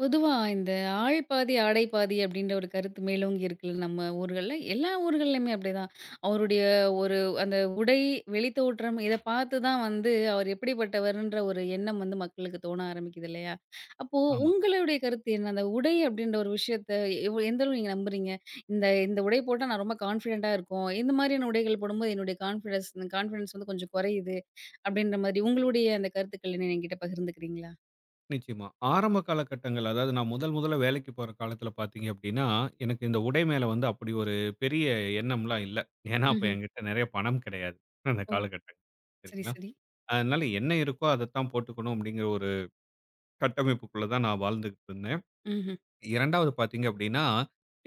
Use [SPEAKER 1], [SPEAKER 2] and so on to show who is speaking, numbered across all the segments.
[SPEAKER 1] பொதுவா இந்த ஆள் பாதி, ஆடை பாதி அப்படின்ற ஒரு கருத்து மேலோங்கி இருக்குல்ல நம்ம ஊர்கள்ல. எல்லா ஊர்கள்லயுமே அப்படிதான். அவருடைய ஒரு அந்த உடை, வெளித்தோற்றம் இத பார்த்து தான் வந்து அவர் எப்படிப்பட்டவருன்ற ஒரு எண்ணம் வந்து மக்களுக்கு தோண ஆரம்பிக்குது இல்லையா? அப்போ
[SPEAKER 2] ஆமா.
[SPEAKER 1] உங்களுடைய கருத்து என்ன? அந்த உடை அப்படின்ற ஒரு விஷயத்த எந்த அளவு நீங்க நம்புறீங்க? இந்த இந்த உடை போட்டா நான் ரொம்ப கான்ஃபிடென்ட்டா இருக்கும். இந்த மாதிரியான உடைகள் போடும்போது என்னுடைய கான்ஃபிடன்ஸ் கான்ஃபிடன்ஸ் வந்து கொஞ்சம் குறையுது அப்படின்ற மாதிரி உங்களுடைய அந்த கருத்துக்கள் என்ன என்கிட்ட பகிர்ந்துக்கிறீங்களா?
[SPEAKER 2] நிச்சயமா. ஆரம்ப காலகட்டங்கள், அதாவது நான் முதல் முதல்ல வேலைக்கு போற காலத்துல பார்த்தீங்க அப்படின்னா, எனக்கு இந்த உடை மேல வந்து அப்படி ஒரு பெரிய எண்ணம்லாம் இல்ல. ஏன்னா அப்ப
[SPEAKER 1] ம்ஹ்ம்.
[SPEAKER 2] என்கிட்ட நெறைய பணம் கிடையாது. அந்த
[SPEAKER 1] ஓ!
[SPEAKER 2] காலகட்டங்கள்.
[SPEAKER 1] சரி,
[SPEAKER 2] சரிங்களா?
[SPEAKER 1] சரி.
[SPEAKER 2] அதனால என்ன இருக்கோ அதத்தான் போட்டுக்கணும் அப்படிங்கிற ஒரு கட்டமைப்புக்குள்ள தான் நான் வாழ்ந்துகிட்டு இருந்தேன்.
[SPEAKER 1] ம்ஹ்ம்.
[SPEAKER 2] 2வது பார்த்தீங்க அப்படின்னா,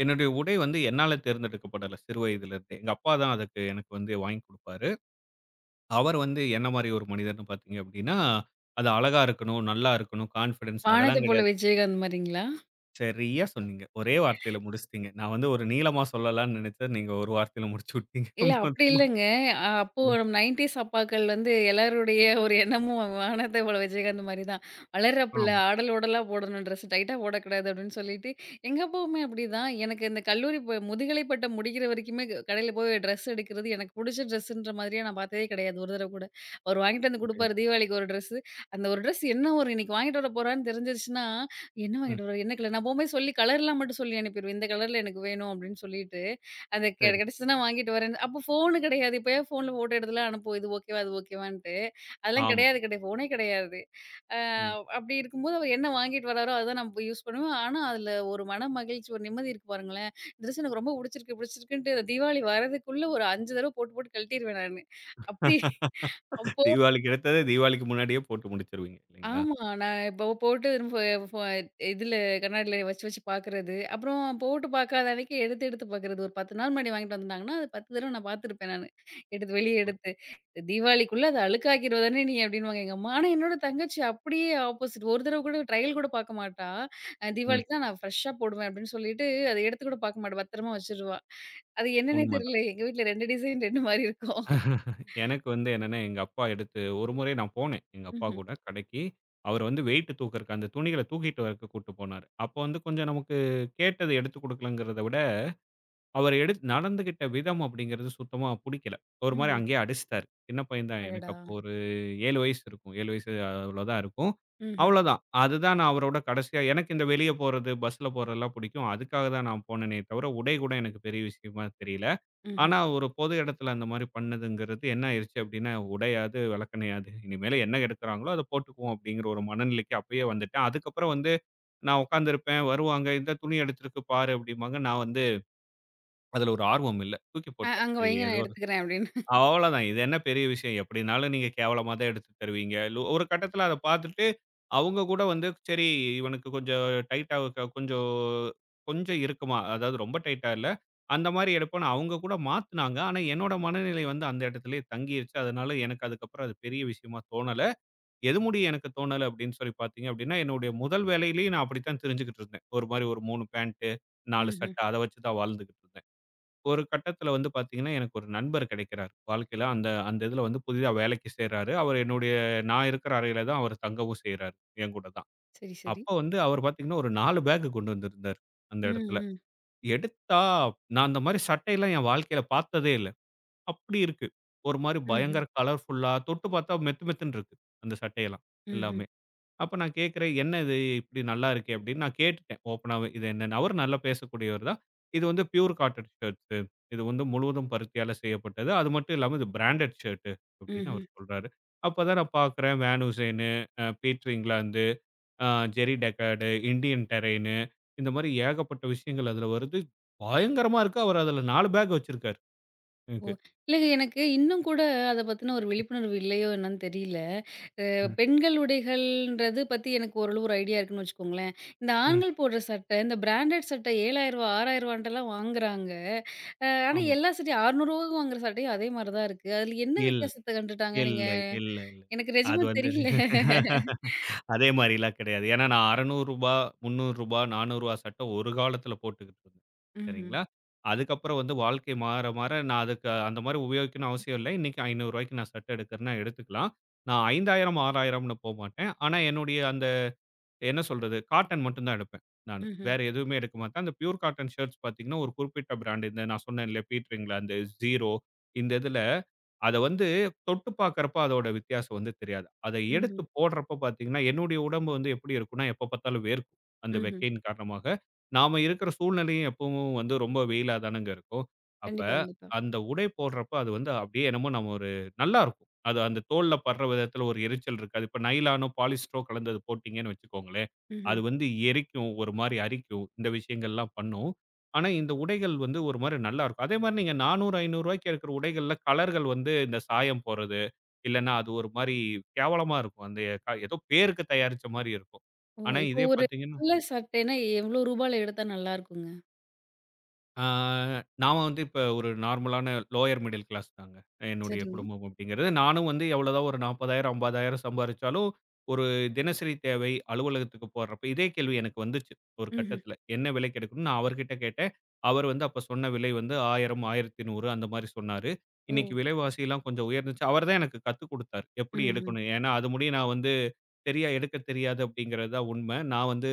[SPEAKER 2] என்னுடைய உடை வந்து என்னால தேர்ந்தெடுக்கப்படல சிறு வயதுல இருந்தே. எங்க அப்பா தான் அதுக்கு எனக்கு வந்து வாங்கி குடுப்பாரு. அவர் வந்து என்ன மாரி ஒரு மனிதர்ன்னு பார்த்தீங்க அப்படின்னா, அது அழகா இருக்கணும், நல்லா இருக்கணும், கான்ஃபிடன்ஸ்
[SPEAKER 1] வானத்த
[SPEAKER 2] அதெல்லாம்
[SPEAKER 1] போல
[SPEAKER 2] கிடையாது.
[SPEAKER 1] விஜயகாந்த் மாரிங்களா?
[SPEAKER 2] சரியா சொன்னீங்க. ஒரே வார்த்தையில முடிச்சுட்டீங்க. நான் வந்து ஒரு நீளமா சொல்லலாம்ன்னு நெனைச்சேன். நீங்க ஒரு வார்த்தையில முடிச்சு விட்டீங்க
[SPEAKER 1] இல்ல அப்படி
[SPEAKER 2] மொத்தமா.
[SPEAKER 1] இல்லங்க. அப்போ
[SPEAKER 2] ம்.
[SPEAKER 1] நம்ம 90ஸ் அப்பாக்கள் வந்து எல்லாருடைய ஒரு எண்ணமும் வானத்த போல விஜயகாந்த் மாரி தான். "வளர்ற பிள்ளை
[SPEAKER 2] ஆமா.
[SPEAKER 1] ஆடல் ஓடலா போடணும், ட்ரெஸ் டைட்டா போடக்கூடாது" அப்படின்னு சொல்லிட்டு, எங்க அப்பாவுமே அப்படிதான். எனக்கு இந்த கல்லூரி முதுகலை பட்டம் முடிக்கிற வரைக்குமே கடையில போய் ட்ரெஸ் எடுக்கிறது, எனக்கு புடிச்ச ட்ரெஸ்ஸுன்ற மாதிரியே நான் பார்த்ததே கிடையாது ஒரு தடவ கூட. அவர் வாங்கிட்டு வந்து
[SPEAKER 2] புரியுது.
[SPEAKER 1] குடுப்பாரு தீபாவளிக்கு ஒரு ட்ரெஸ்ஸு. அந்த ஒரு ட்ரெஸ் என்ன ஒரு இன்னைக்கு வாங்கிட்டு வர போறான்னு தெரிஞ்சிருச்சுன்னா, "என்ன
[SPEAKER 2] ம்.
[SPEAKER 1] வாங்கிட்டு வர? என்ன கலர்?" நான் போம்போது சொல்லி கலர்லாம் மட்டும் சொல்லி அனுப்பிருவேன். "இந்த கலர்ல எனக்கு வேணும்" அப்படின்னு சொல்லிட்டு அது
[SPEAKER 2] சரி.
[SPEAKER 1] கெடைச்சதுன்னா வாங்கிட்டு வரேன்னு. அப்போ ஃபோனு கெடையாது. இப்பயே ஃபோன்ல ஃபோட்டோ எடுத்துலாம் அனுப்புவோம். இது ஓகேவா? அது ஓகேவான்ட்டு. அதெல்லாம்
[SPEAKER 2] ஆமா.
[SPEAKER 1] கெடையாது கெடையாது. ஃபோனே கெடையாது. அ
[SPEAKER 2] ம்.
[SPEAKER 1] அப்படி இருக்கும்போது அவர் என்ன வாங்கிட்டு வராரோ, அதுதான் நம்ம யூஸ் பண்ணுவேன். ஆனா, அதுல ஒரு மன மகிழ்ச்சி, ஒரு நிம்மதி இருக்கு பாருங்களேன். ட்ரெஸ் எனக்கு ரொம்ப புடிச்சிருக்கு புடிச்சிருக்குன்ட்டு இந்த தீபாவளி வரதுக்குள்ள ஒரு 5 தடவ போட்டு போட்டு கழட்டிருவேன் நானு. அப்படி
[SPEAKER 2] தீபாவளிக்கு எடுத்தது தீபாவளிக்கு முன்னாடியே போட்டு முடிச்சுருவீங்க இல்லைங்களா?
[SPEAKER 1] ஆமா. நான் இப்போ போட்டு ஃப ஃப இதுல கண்ணாடில வச்சு வச்சு பார்க்குறது. அப்புறம் போட்டு பார்க்காத அன்னைக்கு எடுத்து எடுத்து பார்க்குறது. ஒரு 10 நாள் முன்னாடி வாங்கிட்டு வந்திருந்தாங்கன்னா, அது 10 தடவ நான் பார்த்துருப்பேன் நானு. எடுத்து வெளிய
[SPEAKER 2] ஒரு
[SPEAKER 1] எடுத்து. "தீபாவளிக்குள்ள அத அழுக்காக்கிருவ தானே நீ" அப்படின்னுவாங்க எங்க அம்மா. ஆனா என்னோட தங்கச்சி அப்படியே ஆப்போசிட். ஒரு தடவ கூட ட்ரையல் கூட பார்க்க மாட்டா.
[SPEAKER 2] ம்.
[SPEAKER 1] "தீபாவளிக்கு தான் நான் ஃப்ரெஷ்ஷா போடுவேன்" அப்படின்னு சொல்லிட்டு அத எடுத்து கூட பார்க்க மாட்டா. பத்திரமா வச்சுருவா. அது என்னன்னே
[SPEAKER 2] உண்மதான்.
[SPEAKER 1] தெரியல. எங்க வீட்ல 2 டிசைன் 2 மாரி இருக்கும்.
[SPEAKER 2] எனக்கு வந்து என்னன்னா, எங்க அப்பா எடுத்து ஒரு முறை நான் போனேன். எங்க அப்பா
[SPEAKER 1] ம்ஹ்ம்.
[SPEAKER 2] கூட கடைக்கு. அவர் வந்து வெயிட் தூக்கறக்கு அந்த துணிகள தூக்கிட்டு வரக்கு கூட்டு போனாரு. அப்போ வந்து கொஞ்சம் நமக்கு கேட்டது எடுத்துக் குடுக்கலங்கிறத விட அவர் எடு நடந்துகிட்ட விதம் அப்படிங்கிறது சுத்தமா புடிக்கல. ஒரு மாரி
[SPEAKER 1] ம்ஹ்ம்.
[SPEAKER 2] அங்கேயே அடிச்சுட்டாரு. சின்ன பையன் தான். எனக்கு
[SPEAKER 1] அடடா!
[SPEAKER 2] அப்போ ஒரு 7 வயசு இருக்கும். 7 வயசு அவ்வளோதான் இருக்கும்.
[SPEAKER 1] ம்ஹ்ம்.
[SPEAKER 2] அவ்வளோதான். அதுதான் நான் அவரோட கடைசியா எனக்கு இந்த வெளிய போறது, பஸ்ல போறதெல்லாம் புடிக்கும். அதுக்காக தான் நான் போனேனே தவிர, உடை கூட எனக்கு பெரிய விஷயமா தெரியல.
[SPEAKER 1] ம்ஹ்ம்.
[SPEAKER 2] ஆனா ஒரு பொது இடத்துல அந்த மாரி பண்ணதுங்கிறது என்ன ஆயிருச்சு அப்படின்னா, உடையாது, விளக்கணையாது. இனிமேலு என்ன எடுக்குறாங்களோ அத போட்டுக்குவோம் அப்படிங்கிற ஒரு மனநிலைக்கு அப்பயே வந்துட்டேன். அதுக்கப்புறம் வந்து நான் உட்கார்ந்திருப்பேன். வருவாங்க, "இந்த துணி எடுத்திருக்கு பாரு" அப்படிம்பாங்க. நான் வந்து அதுல ஒரு ஆர்வம் இல்ல. தூக்கி போட்டேன்.
[SPEAKER 1] "அங்க
[SPEAKER 2] இது
[SPEAKER 1] வைங்க
[SPEAKER 2] ஏதோ
[SPEAKER 1] நான்
[SPEAKER 2] ஒரு
[SPEAKER 1] எடுத்துக்கிறேன்" அப்படின்னு.
[SPEAKER 2] அவ்வளோதான். இது என்ன பெரிய விஷயம்? எப்படினாலும் நீங்க கேவலமா தான் எடுத்து தருவீங்க. லு ஒரு கட்டத்துல அத பார்த்துட்டு, அவங்க கூட வந்து சரி இவனுக்கு கொஞ்சம் டைட்டா கொஞ்சம் கொஞ்சம் இறுக்கமா, அதாவது ரொம்ப டைட்டா இல்ல. அந்த மாரி எடுப்போம்ன்னு அவங்க கூட மாத்துனாங்க. ஆனா, என்னோட மனநிலை வந்து அந்த இடத்திலேயே தங்கிருச்சு. அதனால எனக்கு அதுக்கப்புறம் அது பெரிய விஷயமா தோணல. எது முடிய எனக்கு தோணல அப்படின்னு சொல்லி பார்த்தீங்க அப்படின்னா, என்னுடைய முதல் வேலையிலேயே நான் அப்படித்தான் திரிஞ்சுகிட்டு இருந்தேன். ஒரு மாரி ஒரு 3 பேண்ட் 4
[SPEAKER 1] ம்ஹ்ம்.
[SPEAKER 2] சட்டை அத வச்சு தான் வாழ்ந்துகிட்டு இருந்தேன். ஒரு கட்டத்துல வந்து பாத்தீங்கன்னா, எனக்கு ஒரு நண்பர் கிடைக்கிறார். வாழ்க்கையில அந்த அந்த இதுல வந்து புதிதா வேலைக்கு சேர்றாரு. அவர் என்னுடைய நான் இருக்கிற அறையில தான் அவர் தங்கவும் செய்றாரு. என் கூட தான்.
[SPEAKER 1] சரி, சரி.
[SPEAKER 2] அப்ப வந்து அவர் பாத்தீங்கன்னா, ஒரு 4 பேக் கொண்டு வந்திருந்தார். அந்த
[SPEAKER 1] ம்,
[SPEAKER 2] இடத்துல.
[SPEAKER 1] ம்.
[SPEAKER 2] எடுத்தா நான் அந்த மாரி சட்டையெல்லாம் என் வாழ்க்கையில பாத்ததே இல்ல. அப்படி இருக்கு. ஒரு மாரி
[SPEAKER 1] ம்ஹ்ம்.
[SPEAKER 2] பயங்கர கலர்ஃபுல்லா தொட்டு பாத்தா மெத்து மெத்துன்னு இருக்கு. அந்த சட்டையெல்லாம்
[SPEAKER 1] ம்ஹ்ம்.
[SPEAKER 2] எல்லாமே. அப்ப நான் கேட்கிறேன், "என்ன இது இப்படி நல்லா இருக்கே?" அப்படின்னு நான் கேட்டுட்டேன் ஓப்பனாவே. இது என்னன்னு. அவரு நல்லா பேசக்கூடியவர் தான். "இது வந்து பியூர் காட்டன் ஷர்ட்ஸு. இது வந்து முழுவதும் பருத்தியால செய்யப்பட்டது. அது மட்டும் இல்லாம இது பிராண்டட் ஷர்ட்டு" அப்படின்னு அவரு
[SPEAKER 1] ம்ஹ்ம்.
[SPEAKER 2] சொல்றாரு. அப்பதான் நான் பார்க்கிறேன் வேன் உசேனு, பீட்டர் இங்கிலாந்து, அ ஜெர்ரி டெக்கார்டு, இண்டியன் டெரெய்னு இந்த மாதிரி ஏகப்பட்ட விஷயங்கள் அதுல வருது. பயங்கரமா இருக்கு. அவரு அதுல 4 பேக் வச்சிருக்காரு
[SPEAKER 1] ஓ!
[SPEAKER 2] எனக்கு.
[SPEAKER 1] இல்லங்க எனக்கு இன்னும் கூட அத பத்தின ஒரு விழிப்புணர்வு இல்லையோ என்னன்னு தெரியல. அ
[SPEAKER 2] ம்.
[SPEAKER 1] பெண்கள் உடைகள்ன்றது பத்தி எனக்கு ஓரளவு ஒரு ஐடியா இருக்குன்னு வச்சுக்கோங்களேன். இந்த
[SPEAKER 2] ம்.
[SPEAKER 1] ஆண்கள் போடுற சட்டை, இந்த பிராண்டட் சட்டை ரூ. 7,000 ரூ. 6,000ன்ட்டலாம் வாங்குறாங்க. ஆனா
[SPEAKER 2] ஆமா.
[SPEAKER 1] எல்லா சட்டையும் ரூ. 600 வாங்குற சட்டையும் அதே மாரி தான் இருக்கு. அதுல என்ன
[SPEAKER 2] இல்
[SPEAKER 1] வித்தியாசத்த கண்டுட்டாங்க நீங்க?
[SPEAKER 2] இல்ல, இல்ல, இல்ல.
[SPEAKER 1] எனக்கு
[SPEAKER 2] அது
[SPEAKER 1] நிஜமா
[SPEAKER 2] வந்து
[SPEAKER 1] தெரியல.
[SPEAKER 2] அதே மாரிலாம் கிடையாது. ஏன்னா நான் ரூ. 600 ரூ. 300 ரூ. 400 சட்டை ஒரு காலத்தில போட்டுக்கிட்டு இருந்தேன்.
[SPEAKER 1] ம்ஹ்ம்.
[SPEAKER 2] சரிங்களா? அதுக்கப்புறம் வந்து வாழ்க்கை மாற, மாற நான் அதுக்கு அந்த மாரி உபயோகிக்கணும்னு அவசியம் இல்ல. இன்னைக்கு ரூ. 500 நான் சட்டை எடுக்கிறேன்னா எடுத்துக்கலாம். நான் 5,000 6,000ன்னு போமாட்டேன். ஆனா என்னுடைய அந்த என்ன சொல்றது? காட்டன் மட்டும் தான் எடுப்பேன் நானு.
[SPEAKER 1] ம்ஹ்ம்.
[SPEAKER 2] வேற எதுவுமே எடுக்க மாட்டேன். அந்த பியூர் காட்டன் ஷர்ட்ஸ் பார்த்தீங்கன்னா, ஒரு குறிப்பிட்ட பிராண்ட் இந்த நான் சொன்னேன் இல்லையா, பீட்டர் இங்கிலாந்து, ஜீரோ இந்த இதில அத வந்து தொட்டு பார்க்கிறப்ப அதோட வித்தியாசம் வந்து தெரியாது. அத எடுத்து
[SPEAKER 1] ம்ஹ்ம்.
[SPEAKER 2] போடுறப்ப பார்த்தீங்கன்னா, என்னுடைய உடம்பு வந்து எப்படி இருக்கும்னா, எப்ப பார்த்தாலும் வேர்க்கும். அந்த
[SPEAKER 1] ம்ஹ்ம்.
[SPEAKER 2] வெக்கையின் காரணமாக. நாம இருக்கிற சூழ்நிலையும் எப்பவும் வந்து ரொம்ப வெயிலா தானங்க இருக்கும். அப்ப
[SPEAKER 1] கண்டிப்பா, கண்டிப்பா.
[SPEAKER 2] அந்த உடை போடுறப்ப அது வந்து அப்படியே என்னமோ நம்ம ஒரு நல்லாருக்கும். அது அந்த தோல்ல படுற விதத்துல ஒரு எரிச்சல் இருக்காது. இப்ப நைலானோ, பாலிஸ்டரோ கலந்தது போட்டீங்கன்னு வச்சுக்கோங்களேன், அது
[SPEAKER 1] ம்ஹ்ம்.
[SPEAKER 2] வந்து எரிக்கும். ஒரு மாரி அரிக்கும். இந்த விஷயங்கள்லாம் பண்ணும். ஆனா, இந்த உடைகள் வந்து ஒரு மாரி நல்லாருக்கும். அதே மாரி நீங்க ரூ. 400, ரூ. 500 இருக்கிற உடைகள்ல கலர்கள் வந்து இந்த சாயம் போறது, இல்லன்னா அது ஒரு மாரி கேவலமா இருக்கும். அந்த ஏதோ பேருக்கு தயாரிச்ச மாரி இருக்கும்.
[SPEAKER 1] ஓ!
[SPEAKER 2] ஆனா,
[SPEAKER 1] இப்போ
[SPEAKER 2] இதே
[SPEAKER 1] ஒரு
[SPEAKER 2] பார்த்தீங்கன்னா
[SPEAKER 1] வெள்ள சட்டைன்னா எவ்ளோ ரூபால எடுத்தா நல்லாருக்குங்க?
[SPEAKER 2] ஆ நான் வந்து இப்ப ஒரு நார்மலான லோயர் மிடில் கிளாஸ் தாங்க. என்னுடைய
[SPEAKER 1] சரிங்க.
[SPEAKER 2] குடும்பம் அப்படிங்கிறது. நானும் வந்து எவ்வளோதான் ஒரு 40,000 50,000 சம்பாரிச்சாலும், ஒரு தினசரி தேவை அலுவலகத்துக்கு போறப்ப இதே கேள்வி எனக்கு வந்துச்சு ஒரு
[SPEAKER 1] ம்ஹ்ம்.
[SPEAKER 2] கட்டத்தில. என்ன விலைக்கு எடுக்கணும்னு நான் அவர்கிட்ட கேட்டேன். அவர் வந்து அப்ப சொன்ன விலை வந்து 1,000 1,100 அந்த மாரி சொன்னாரு.
[SPEAKER 1] ஓ!
[SPEAKER 2] இன்னைக்கு விலைவாசிலாம் கொஞ்சம் உயர்ந்துச்சு. அவர் தான் எனக்கு கத்துக் குடுத்தாரு. எப்படி
[SPEAKER 1] ம்ஹ்ம்.
[SPEAKER 2] எடுக்கணும்? ஏன்னா அது முடிய நான் வந்து சரியா எடுக்க தெரியாது அப்படிங்கிறது தான் உண்ம. நான் வந்து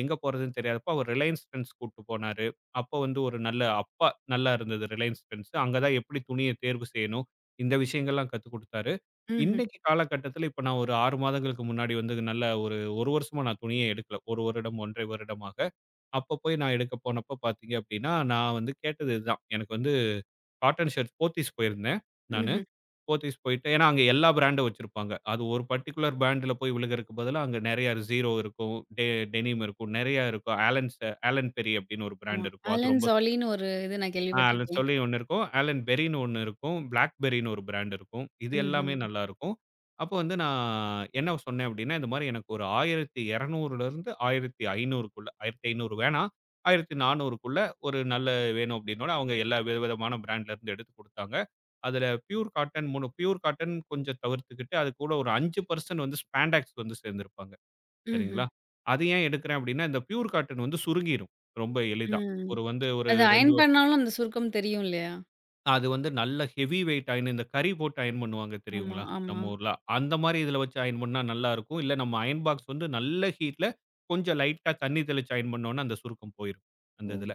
[SPEAKER 2] எங்க போறதுன்னு தெரியாதப்போ அவர் ரிலையன்ஸ் டிரெண்ட்ஸ் கூட்டு போனாரு. அப்ப வந்து ஒரு நல்ல அப்பா நல்லா இருந்தது ரிலையன்ஸ் ட்ரெண்ட்ஸ். அங்க தான் எப்படி துணிய தேர்வு செய்யணும், இந்த விஷயங்கள்லாம் கத்துக் குடுத்தாரு.
[SPEAKER 1] ம்ஹ்ம்.
[SPEAKER 2] இன்னைக்கு காலகட்டத்தில இப்ப நான் ஒரு 6 மாதங்களுக்கு முன்னாடி வந்து நல்ல ஒரு 1 வருஷமா நான் துணியே எடுக்கல. 1 வருடம், 1 1/2 வருடமாக. அப்ப போய் நான் எடுக்க போனப்ப பார்த்தீங்க அப்படின்னா, நான் வந்து கேட்டது இதுதான். எனக்கு வந்து காட்டன் ஷர்ட்ஸ் போத்தீஸ் போயிருந்தேன் நானு.
[SPEAKER 1] ம்ஹ்ம்.
[SPEAKER 2] போத்தீஸ் போயிட்டு ஏன்னா அங்க எல்லா பிராண்டும் வச்சிருப்பாங்க. அது ஒரு பர்ட்டிகுலர் பிராண்ட்ல போய் விழுகறதுக்கு பதிலா அங்க நெறைய Zero இருக்கும், டெனிம் இருக்கும், நெறைய இருக்கும். ஆலன்ஸ் ஆலன் பெரி அப்படின்னு ஒரு
[SPEAKER 1] ஆமா.
[SPEAKER 2] பிராண்ட் இருக்கும். அது
[SPEAKER 1] ஆலன்
[SPEAKER 2] ரொம்ப
[SPEAKER 1] சாலின்னு ஒரு இது நான்
[SPEAKER 2] ஆ ஆலன்
[SPEAKER 1] கேள்விப்பட்டுருக்கேன்.
[SPEAKER 2] சொல்லி ஒண்ணு இருக்கும். ஆலன் பெர்ரின்னு ஒண்ணு இருக்கும். பிளாக்பெர்ரின்னு ஒரு பிராண்ட் இருக்கும். இது எல்லாமே
[SPEAKER 1] ம்ஹ்ம்.
[SPEAKER 2] நல்லாருக்கும். அப்போ வந்து நான் என்ன சொன்னேன் அப்டின்னா, இந்த மாரி எனக்கு ஒரு 1200லிருந்து 1500க்குள்ள 1500 வேணாம். 1400க்குள்ள ஒரு நல்ல வேணும் அப்டின்னோன, அவங்க எல்லா விதவிதமான பிராண்ட்லருந்து எடுத்து குடுத்தாங்க. அதுல பியூர் காட்டன் 3 பியூர் காட்டன் கொஞ்சம் தவிர்த்துக்கிட்டு, அது கூட ஒரு 5% வந்து ஸ்பான்டாக்ஸ் வந்து சேர்ந்திருப்பாங்க.
[SPEAKER 1] ம்ஹ்ம்.
[SPEAKER 2] சரிங்களா? அது ஏன் எடுக்கிறேன் அப்டின்னா, இந்த பியூர் காட்டன் வந்து சுருங்கிரும். ரொம்ப எளிதா.
[SPEAKER 1] ம்.
[SPEAKER 2] ஒரு வந்து ஒரு
[SPEAKER 1] அது
[SPEAKER 2] 2
[SPEAKER 1] அயன் பண்ணாலும் அந்த சுருக்கம் தெரியும் இல்லையா?
[SPEAKER 2] அது வந்து நல்ல ஹெவி வெயிட் அயன் இந்த கரி போட்டு அயன் பண்ணுவாங்க
[SPEAKER 1] ஆமா,
[SPEAKER 2] தெரியுங்களா?
[SPEAKER 1] ஆமா.
[SPEAKER 2] நம்ம ஊர்ல. அந்த மாரி இதுல வச்சு அயன் பண்ணா நல்லாருக்கும். இல்ல நம்ம அயன் பாக்ஸ் வந்து நல்ல ஹீட்ல கொஞ்சம் லைட்டா தண்ணி தெளிச்சு அயன் பண்ணோம்னா அந்த சுருக்கம் போயிரும். அந்த
[SPEAKER 1] ஓ!
[SPEAKER 2] இதுல.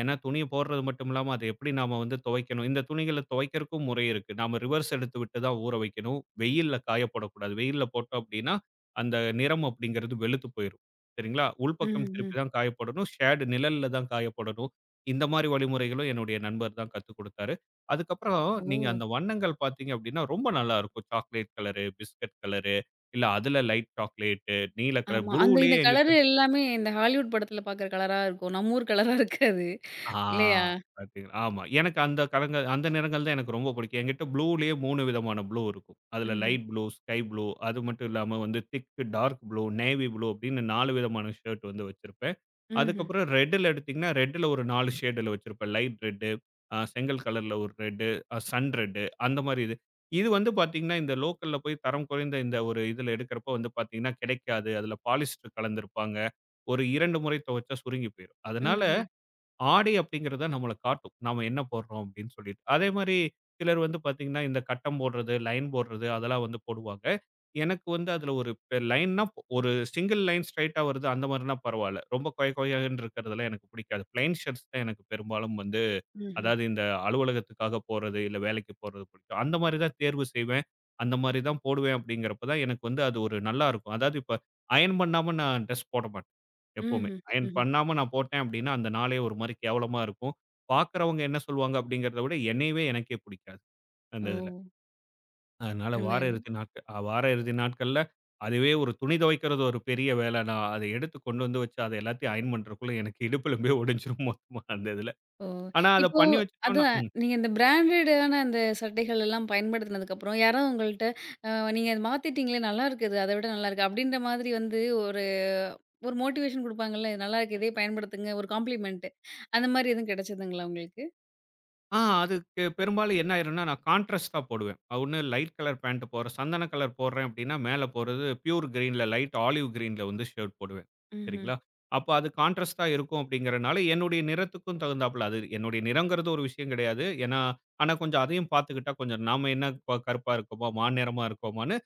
[SPEAKER 2] ஏன்னா, துணிய போடுறது மட்டும் இல்லாம, அத எப்படி நாம வந்து துவைக்கணும்? இந்த துணிகள துவைக்கிறக்கும் முறை இருக்கு. நாம ரிவர்ஸ் எடுத்து விட்டு தான் ஊற வைக்கணும். வெயில்ல காய போடக்கூடாது. வெயில்ல போட்டோம் அப்படின்னா, அந்த நிறம் அப்படிங்கிறது வெளுத்து போயிரும். சரிங்களா? உள்பக்கம்
[SPEAKER 1] ம்ஹ்ம்.
[SPEAKER 2] திருப்பி தான் காய போடணும். ஷேடு நிழல்ல தான் காய போடணும். இந்த மாரி வழிமுறைகளும் என்னுடைய நண்பர் தான் கத்துக் குடுத்தாரு. அதுக்கப்புறம் நீங்க
[SPEAKER 1] ஓ!
[SPEAKER 2] அந்த வண்ணங்கள் பார்த்தீங்க அப்படின்னா, ரொம்ப நல்லா இருக்கும். சாக்லேட் கலரு, பிஸ்கட் கலரு, இல்ல அதுல லைட் சாக்லேட்டு, நீல கலர்
[SPEAKER 1] ஆமா. அந்த
[SPEAKER 2] ப்ளூலயே
[SPEAKER 1] இந்த கலரு
[SPEAKER 2] என்கிட்ட
[SPEAKER 1] எல்லாமே இந்த ஹாலிவுட் படத்துல பார்க்குற கலரா இருக்கும். நம்ம ஊர் கலரா இருக்காது.
[SPEAKER 2] ஆ
[SPEAKER 1] இல்லையா?
[SPEAKER 2] பார்த்தீங்கன்னா, ஆமா. எனக்கு அந்த கலங்க அந்த நிறங்கள் தான் எனக்கு ரொம்ப பிடிக்கும். என்கிட்ட ப்ளூலயே 3 விதமான ப்ளூ இருக்கும். அதுல
[SPEAKER 1] ம்ஹ்ம்.
[SPEAKER 2] லைட் ப்ளூ, ஸ்கை ப்ளூ அது மட்டும் இல்லாம வந்து thick dark blue, navy blue அப்படின்னு 4 விதமான ஷர்ட் வந்து வச்சிருப்பேன்.
[SPEAKER 1] ம்ஹ்ம்.
[SPEAKER 2] அதுக்கப்புறம் ரெட்ல எடுத்தீங்கன்னா, ரெட்ல ஒரு 4 ஷேடுல வச்சிருப்பேன். லைட் ரெட், செங்கல் கலர்ல ஒரு ரெட், சன் ரெட் அந்த மாரி இது. இது வந்து பார்த்தீங்கன்னா, இந்த லோக்கல்ல போய் தரம் குறைந்த இந்த ஒரு இதுல எடுக்கிறப்போ வந்து பார்த்தீங்கன்னா, கிடைக்காது. அதுல பாலிஸ்டர் கலந்திருப்பாங்க. ஒரு 2 முறை துவைச்சா சுருங்கி போயிரும். அதனால
[SPEAKER 1] ம்ஹ்ம்.
[SPEAKER 2] ஆடை அப்படிங்கிறது தான் நம்மள காட்டும். நாம என்ன போடுறோம் அப்படின்னு சொல்லிட்டு. அதே மாரி சிலர் வந்து பார்த்தீங்கன்னா, இந்த கட்டம் போடுறது, லைன் போடுறது அதெல்லாம் வந்து போடுவாங்க. எனக்கு வந்து அதில ஒரு லைன்னா ஒரு சிங்கிள் லைன் ஸ்ட்ரெய்ட்டா வருது அந்த மாரினா பரவால்ல. ரொம்ப கொய கொயன்னு இருக்கிறதெல்லாம் எனக்கு பிடிக்காது. பிளெயின் ஷர்ட்ஸ் தான் எனக்கு பெரும்பாலும் வந்து
[SPEAKER 1] ம்ஹ்ம்.
[SPEAKER 2] அதாவது இந்த அலுவலகத்துக்காக போறது, இல்ல வேலைக்கு போறது பிடிக்கும். அந்த மாரி தான் தேர்வு செய்வேன். அந்த மாரி தான் போடுவேன் அப்படிங்கிறப்ப தான் எனக்கு வந்து அது ஒரு நல்லா இருக்கும். அதாவது இப்ப அயர்ன் பண்ணாம நான் டிரெஸ் போட மாட்டேன். எப்பவுமே.
[SPEAKER 1] ம்ஹ்ம்.
[SPEAKER 2] அயர்ன்
[SPEAKER 1] ம்ஹ்ம்.
[SPEAKER 2] பண்ணாம நான் போட்டேன் அப்படின்னா, அந்த நாளே ஒரு மாரி கேவலமா இருக்கும். பார்க்கிறவங்க என்ன சொல்லுவாங்க அப்படிங்கிறத விட என்னையவே எனக்கே பிடிக்காது. அந்த
[SPEAKER 1] ஓ!
[SPEAKER 2] இதுல. அதனால
[SPEAKER 1] அருமை, அருமை.
[SPEAKER 2] வார இறுதி நாட்கள் வார இறுதி நாட்கள்ல அதுவே ஒரு துணி துவைக்கிறது ஒரு பெரிய வேலை. நான் அத எடுத்து கொண்டு வந்து வச்சு அத எல்லாத்தையும் அயர்ன் பண்றதுக்குள்ள எனக்கு இடுப்புலம்பே ஒடிஞ்சிரும் மொத்தமா அந்த இதுல.
[SPEAKER 1] ஓ!
[SPEAKER 2] ஆனா அத
[SPEAKER 1] இப்போ
[SPEAKER 2] பண்ணி வச்சுட்டோம்னா
[SPEAKER 1] அதான் நீங்க இந்த பிராண்டடான அந்த சட்டைகள் எல்லாம் பயன்படுத்தினதுக்கப்புறம், யாராவது உங்கள்ட்ட அ நீங்க அத மாத்திட்டீங்களே நல்லா இருக்குது. அத விட நல்லாருக்கு. அப்படின்ற மாதிரி வந்து ஒரு ஒரு மோட்டிவேஷன் குடுப்பாங்கல்ல. நல்லாருக்கு இதே பயன்படுத்துங்க. ஒரு காம்ப்ளிமெண்ட். அந்த மாரி எதுவும் கிடைச்சதுங்களா உங்களுக்கு?
[SPEAKER 2] அதுக்கு பெரும்பாலும் என்ன ஆயிரும்னா, நான் கான்ட்ராஸ்ட்டா போடுவேன். ஒண்ணு லைட் கலர் பேண்ட் போடுறேன். சந்தன கலர் போடுறேன் அப்டின்னா, மேல போடுறது பியூர் கிரீன்ல லைட் ஆலிவ் கிரீன்ல வந்து ஷர்ட் போடுவேன்.
[SPEAKER 1] ம்ஹ்ம்.
[SPEAKER 2] சரிங்களா? அப்ப அது கான்ட்ராஸ்ட்டா இருக்கும் அப்டிங்கிறனால, என்னுடைய நிறத்துக்கும் தகுந்தாப்புல அது என்னுடைய நிறம்ங்கிறது ஒரு விஷயம் கிடையாது. ஏன்னா ஆனா கொஞ்சம் அதையும் பார்த்துக்கிட்டா, கொஞ்சம் நாம என்ன கருப்பா இருக்கோமா, மாநிறமா இருக்கோமான்னு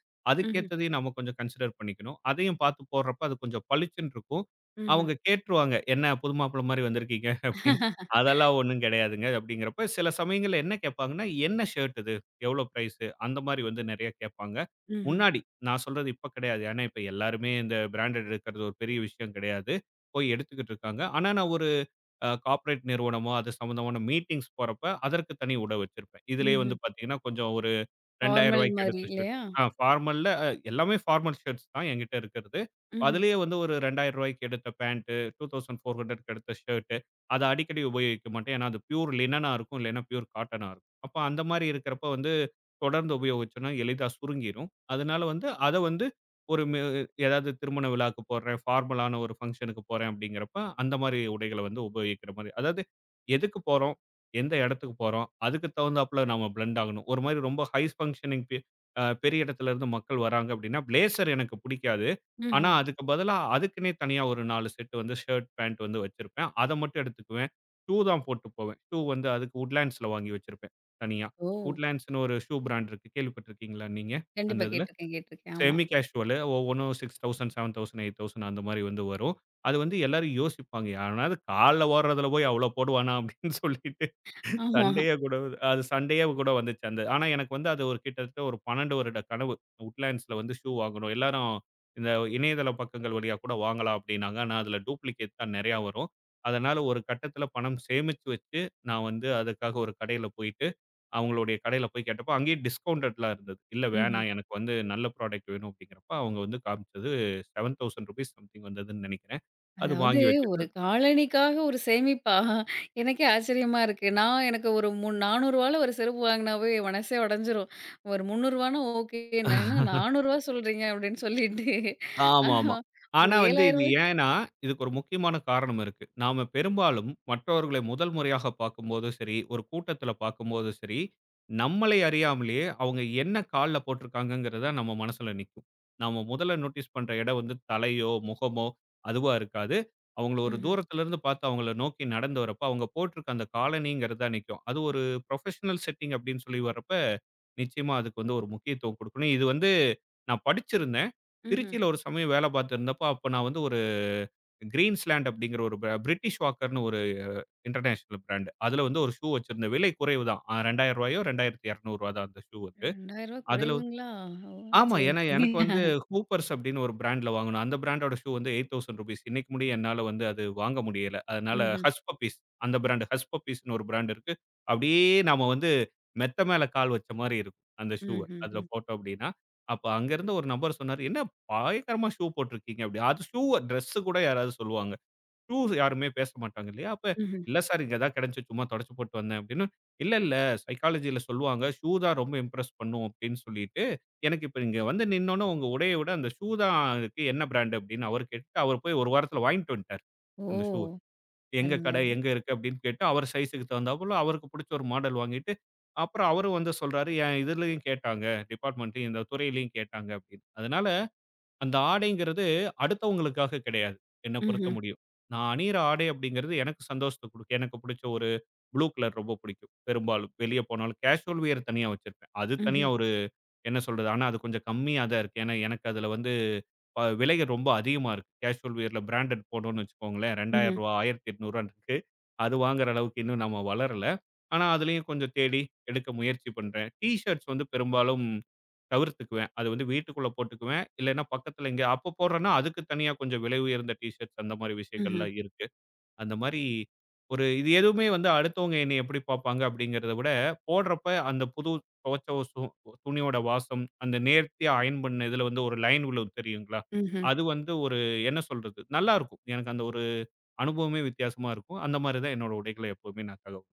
[SPEAKER 1] ம்ஹ்ம்.
[SPEAKER 2] அதுக்கேத்ததையும் நம்ம கொஞ்சம் கன்சிடர் பண்ணிக்கணும். அதையும் பார்த்து போடுறப்ப அது கொஞ்சம் பளிச்சுன்னு இருக்கும்.
[SPEAKER 1] ம்ஹ்ம்.
[SPEAKER 2] அவங்க கேட்டுருவாங்க, "என்ன புது மாப்பிள்ளை மாரி வந்திருக்கீங்க" அப்டின்னு. அதெல்லாம் ஒண்ணும் கிடையாதுங்க. அப்படிங்கிறப்ப சில சமயங்கள்ல என்ன கேட்பாங்கன்னா, "என்ன ஷர்ட் இது? எவ்வளோ பிரைஸு?" அந்த மாரி வந்து நெறைய கேட்பாங்க.
[SPEAKER 1] ம்ஹ்ம்.
[SPEAKER 2] முன்னாடி நான் சொல்றது இப்ப கிடையாது. ஏன்னா, இப்ப எல்லாருமே இந்த பிராண்டட் எடுக்கிறது ஒரு பெரிய விஷயம் கிடையாது. போய் எடுத்துக்கிட்டு இருக்காங்க. ஆனா, நான் ஒரு கார்ப்பரேட் நிறுவனமோ, அது சம்மந்தமான மீட்டிங்ஸ் போறப்ப, அதற்கு தனி உடை வச்சிருப்பேன். இதிலேயே வந்து
[SPEAKER 1] ம்ஹ்ம்.
[SPEAKER 2] பார்த்தீங்கன்னா, கொஞ்சம் ஒரு ரூ.
[SPEAKER 1] ஃபார்மல்
[SPEAKER 2] 2000க்கு
[SPEAKER 1] மாரி
[SPEAKER 2] எடுத்த ஷர்ட்.
[SPEAKER 1] இல்லையா?
[SPEAKER 2] ஆ ஃபார்மல்ல எல்லாமே ஃபார்மல் ஷர்ட்ஸ் தான் என்கிட்ட இருக்கிறது.
[SPEAKER 1] ம்ஹ்ம்.
[SPEAKER 2] அதிலேயே வந்து ஒரு ரூ. 2000க்கு எடுத்த பேண்ட், 2400க்கு எடுத்த ஷர்ட். அத அடிக்கடி உபயோகிக்க மாட்டேன். ஏன்னா அது பியூர் லினனா இருக்கும். இல்லைன்னா பியூர் காட்டனா இருக்கும். அப்ப அந்த மாரி இருக்கிறப்ப வந்து தொடர்ந்து உபயோகிச்சோம்னா எளிதா சுருங்கிரும். அதனால வந்து அத வந்து ஒரு ஏதாவது திருமண விழாவுக்கு போடுறேன், ஃபார்மலான ஒரு ஃபங்ஷனுக்கு போறேன் அப்படிங்கிறப்ப அந்த மாரி உடைகள வந்து உபயோகிக்கிற மாரி. அதாவது எதுக்கு போறோம்? எந்த இடத்துக்கு போறோம்? அதுக்கு தகுந்தாப்புல நாம பிளெண்ட் ஆகணும். ஒரு மாரி ரொம்ப ஹை ஃபங்ஷனிங் பெ அ பெரிய இடத்துல இருந்து மக்கள் வராங்க அப்படின்னா, பிளேசர் எனக்கு புடிக்காது. ஆனா,
[SPEAKER 1] ம்ஹ்ம்.
[SPEAKER 2] அதுக்கு பதிலா அதுக்குன்னே தனியா ஒரு 4 செட் வந்து ஷர்ட், பேண்ட் வந்து வச்சிருப்பேன். அத மட்டும் எடுத்துக்குவேன். ஷூ தான் போட்டு போவேன். ஷூ வந்து அதுக்கு Woodlandsல வாங்கி வச்சிருப்பேன், தனியா.
[SPEAKER 1] ஓ!
[SPEAKER 2] Woodlandsன்னு ஒரு ஷூ பிராண்ட் இருக்கு. கேள்விப்பட்டிருக்கீங்களா நீங்க? அந்த
[SPEAKER 1] கண்டிப்பா
[SPEAKER 2] இதுல?
[SPEAKER 1] கேட்டுருக்கேன், கேட்டுருக்கேன். ஆமா.
[SPEAKER 2] செமி கேஷுவலு ஒவ்வொன்னும் 6000, 7000, 8000 அந்த மாரி வந்து வரும். அது வந்து எல்லாரும் யோசிப்பாங்க. "எவனாவது கால்ல ஓடுறதுல போய் அவ்ளோ போடுவானா?" அப்படின்னு சொல்லிட்டு
[SPEAKER 1] ஆமா.
[SPEAKER 2] அது சண்டையே கூட வந்துச்சு. அந்த ஆனா எனக்கு வந்து அது ஒரு கிட்டத்தட்ட ஒரு 12 வருட கனவு. "உட்லேண்ட்ஸ்ல வந்து ஷூ வாங்கணும்." எல்லாரும் இந்த இணையதள பக்கங்கள் வழியா கூட வாங்கலாம் அப்படின்னாங்க. ஆனா அதில டூப்ளிகேட் தான் நெறையா வரும். அதனால ஒரு கட்டத்தில பணம் சேமிச்சு வச்சு, நான் வந்து அதுக்காக ஒரு கடையில போயிட்டு அவங்களுடைய கடையில போய் கேட்டப்போ, அங்கேயும் டிஸ்கவுண்டட்லாம் இருந்தது. "இல்ல
[SPEAKER 1] ம்ஹ்ம்.
[SPEAKER 2] வேணாம். எனக்கு வந்து நல்ல ப்ராடக்ட் வேணும்." அப்படிங்கிறப்ப, அவங்க வந்து காமிச்சது ரூ. 7,000 சம்திங் வந்ததுன்னு நெனைக்கிறேன். அது
[SPEAKER 1] அதாவது
[SPEAKER 2] வாங்கி
[SPEAKER 1] ஒரு காலணிக்காக ஒரு சேமிப்பா? எனக்கே ஆச்சரியமா இருக்கு. நான் எனக்கு ஒரு ரூ. 400 ஒரு செருப்பு வாங்குனாவே என் மனசே உடைஞ்சிரும். ஒரு ரூ. 300 ஓகே. நான் என்ன ரூ.
[SPEAKER 2] வச்சுட்டு
[SPEAKER 1] 400 சொல்றீங்க அப்படின்னு சொல்லிட்டு, ஆனா
[SPEAKER 2] ஆமாமா.
[SPEAKER 1] ஒரு
[SPEAKER 2] ஆனா
[SPEAKER 1] ரூ.
[SPEAKER 2] வந்து இது
[SPEAKER 1] 7,000
[SPEAKER 2] ஏன்னா, இதுக்கு ஒரு முக்கியமான காரணம் இருக்கு. நாம பெரும்பாலும் மற்றவர்களை முதல் முறையாக பார்க்கும்போதும் சரி, ஒரு கூட்டத்தில பார்க்கும்போதும் சரி, நம்மளை அறியாமலேயே அவங்க என்ன கால்ல போட்டிருக்காங்கங்கிறத நம்ம மனசுல நிக்கும். நாம முதல்ல நோட்டீஸ் பண்ற இடம் வந்து தலையோ, முகமோ அதுவா இருக்காது. அவங்கள ஒரு
[SPEAKER 1] ம்ஹ்ம்,
[SPEAKER 2] தூரத்துல இருந்து பார்த்து அவங்கள நோக்கி நடந்து வரப்ப, அவங்க போட்டிருக்க அந்த காலணிங்கிறது தான் நிக்கும். அது ஒரு ப்ரொஃபஷனல் செட்டிங் அப்படின்னு சொல்லி வரப்ப நிச்சயமா அதுக்கு வந்து ஒரு முக்கியத்துவம் குடுக்கணும். இது வந்து நான் படிச்சிருந்தேன்.
[SPEAKER 1] ம்ஹ்ம்.
[SPEAKER 2] திருச்சியில ஒரு சமயம் வேலை பார்த்திருந்தப்போ, அப்ப நான் வந்து ஒரு கிரீன்ஸ்லேண்ட் அப்படிங்கிற ஒரு பிரிட்டிஷ் வாக்கர்ன்னு ஒரு இன்டர்நேஷனல் பிராண்ட். அதுல வந்து ஒரு ஷூ வச்சிருந்தேன். விலை குறைவு தான். ரூ. 2000யோ, ரூ. 2200 தான் அந்த ஷூ
[SPEAKER 1] ரூ.
[SPEAKER 2] வந்து.
[SPEAKER 1] 2,000
[SPEAKER 2] அதுல
[SPEAKER 1] குறைவுங்களா? ஓ!
[SPEAKER 2] ஆமா.
[SPEAKER 1] சரி,
[SPEAKER 2] ஏன்னா
[SPEAKER 1] சரி.
[SPEAKER 2] எனக்கு வந்து ஹூப்பர்ஸ் அப்படின்னு ஒரு பிராண்ட்ல வாங்கணும். அந்த பிராண்டோட ஷூ வந்து ரூ. 8,000 இன்னைக்கு முடிய என்னால வந்து அது வாங்க முடியல. அதனால
[SPEAKER 1] ம்ஹ்ம்,
[SPEAKER 2] ஹஸ் பப்பீஸ் அந்த பிராண்ட் ஹஸ் பப்பீஸ்ன்னு ஒரு பிராண்ட் இருக்கு. அப்படியே நாம வந்து மெத்த மேல கால் வச்ச மாரி இருக்கும். அந்த ஷூவ அதுல
[SPEAKER 1] ம்ஹ்ஹ்ம்,
[SPEAKER 2] போட்டோம் அப்படின்னா. அப்ப அங்க இருந்த ஒரு நபர் சொன்னாரு, "என்ன பயங்கரமா ஷூ போட்டிருக்கீங்க" அப்படி. அது ஷூவ ட்ரெஸ்ஸு கூட யாராவது சொல்லுவாங்க. ட்ரூஸ் யாருமே பேச மாட்டாங்க இல்லையா? அப்ப,
[SPEAKER 1] ம்ஹ்ம்.
[SPEAKER 2] "இல்ல சார் இங்க தான் கிடைச்சுச்சு சும்மா தொடச்சு போட்டு வந்தேன்" அப்படின்னு. "இல்ல, இல்ல சைக்காலஜில சொல்லுவாங்க, ஷூ தான் ரொம்ப இம்ப்ரெஸ் பண்ணும்" அப்படின்னு சொல்லிட்டு, எனக்கு இப்ப இங்க வந்து நின்னோனே உங்க உடைய விட அந்த ஷூ தான் இருக்கு என்ன பிராண்ட் அப்படின்னு அவரு கேட்டுட்டு, அவரு போய் 1 வாரத்துல வாங்கிட்டு வந்துட்டாரு,
[SPEAKER 1] ஓ!
[SPEAKER 2] அந்த ஷூவ. எங்க
[SPEAKER 1] அருமை,
[SPEAKER 2] கடை?
[SPEAKER 1] அருமை.
[SPEAKER 2] எங்க இருக்கு? அப்படின்னு கேட்டு, அவர் சைஸ்க்கு தகுந்தாப்புல அவருக்கு புடிச்ச ஒரு மாடல் வாங்கிட்டு, அப்புறம் அவரும் வந்து சொல்றாரு, "என் இதுலயும் கேட்டாங்க, டிபார்ட்மென்ட்லயும் இந்த துறையிலயும் கேட்டாங்க" அப்படின்னு. அதனால அந்த ஆடைங்கிறது அடுத்தவங்களுக்காக கிடையாது. என்ன பொறுத்த
[SPEAKER 1] ம்ஹ்ம்,
[SPEAKER 2] முடியும். நான் அணியிற ஆடை அப்படிங்கிறது எனக்கு சந்தோஷத்த குடுக்கும். எனக்கு புடிச்ச ஒரு ப்ளூ கலர் ரொம்ப பிடிக்கும். பெரும்பாலும் வெளிய போனாலும் கேஷுவல் வியர் தனியா வச்சிருப்பேன். அது தனியா
[SPEAKER 1] ம்ஹ்ம்,
[SPEAKER 2] என்ன சொல்றது? ஆனா அது கொஞ்சம் கம்மியா தான் இருக்கு. ஏன்னா எனக்கு அதுல வந்து விலை ரொம்ப அதிகமா இருக்கு. கேஷுவல் வியர்ல பிராண்டட் போனோம்னு வச்சுக்கோங்களேன், ரூ. 2,000
[SPEAKER 1] ம்ஹ்ம்,
[SPEAKER 2] ரூ. 1,800 இருக்கு. அது வாங்குற அளவுக்கு இன்னும் நம்ம வளரல. ஆனா அதுலயும் கொஞ்சம் தேடி எடுக்க முயற்சி பண்றேன். டீ ஷர்ட்ஸ் வந்து பெரும்பாலும் தவிர்த்துக்குவேன். அது வந்து வீட்டுக்குள்ள போட்டுக்குவேன். இல்லைன்னா பக்கத்துல எங்கேயா அப்போ போடுறேன்னா அதுக்கு தனியா கொஞ்சம் விலை உயர்ந்த டீ ஷர்ட்ஸ் அந்த மாதிரி
[SPEAKER 1] ம்ஹ்ம்,
[SPEAKER 2] விஷயங்கள்லாம் இருக்கு. அந்த மாரி ஒரு இது எதுவுமே வந்து அடுத்தவங்க என்னைய எப்படி பார்ப்பாங்க அப்படிங்கிறத விட, போடுறப்ப அந்த புது துவைச்ச ஒரு துணியோட வாசம், அந்த நேர்த்தியா அயர்ன் பண்ண இதில வந்து ஒரு லைன் விழும் தெரியுங்களா?
[SPEAKER 1] ம்ஹ்ம்.
[SPEAKER 2] அது வந்து ஒரு என்ன சொல்றது? நல்லாருக்கும். எனக்கு அந்த ஒரு அனுபவமே வித்தியாசமா இருக்கும். அந்த மாரி தான் என்னோட உடைகள எப்பவுமே நான் தகவல்.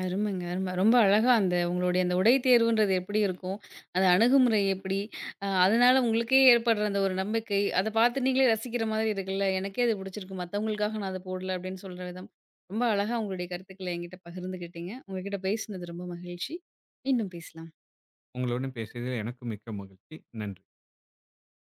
[SPEAKER 1] அருமைங்க, அரும. ரொம்ப அழகா அந்த உங்களுடைய அந்த உடை தேர்வுன்றது எப்படி இருக்கும்? அது அணுகுமுறை எப்படி? அதனால உங்களுக்கே ஏற்படுற அந்த ஒரு நம்பிக்கை, அத பார்த்து நீங்களே ரசிக்கிற மாதிரி இருக்குல்ல. "எனக்கே அது பிடிச்சிருக்கு. மத்தவங்களுக்காக நான் அத போடல." அப்படின்னு சொல்ற விதம். ரொம்ப அழகா உங்களுடைய கருத்துக்கள என்கிட்ட பகிர்ந்துக்கிட்டீங்க. உங்ககிட்ட பேசினது ரொம்ப மகிழ்ச்சி. மீண்டும் பேசலாம்.
[SPEAKER 2] உங்களுடன் பேசியதில் எனக்கு மிக்க மகிழ்ச்சி. நன்றி.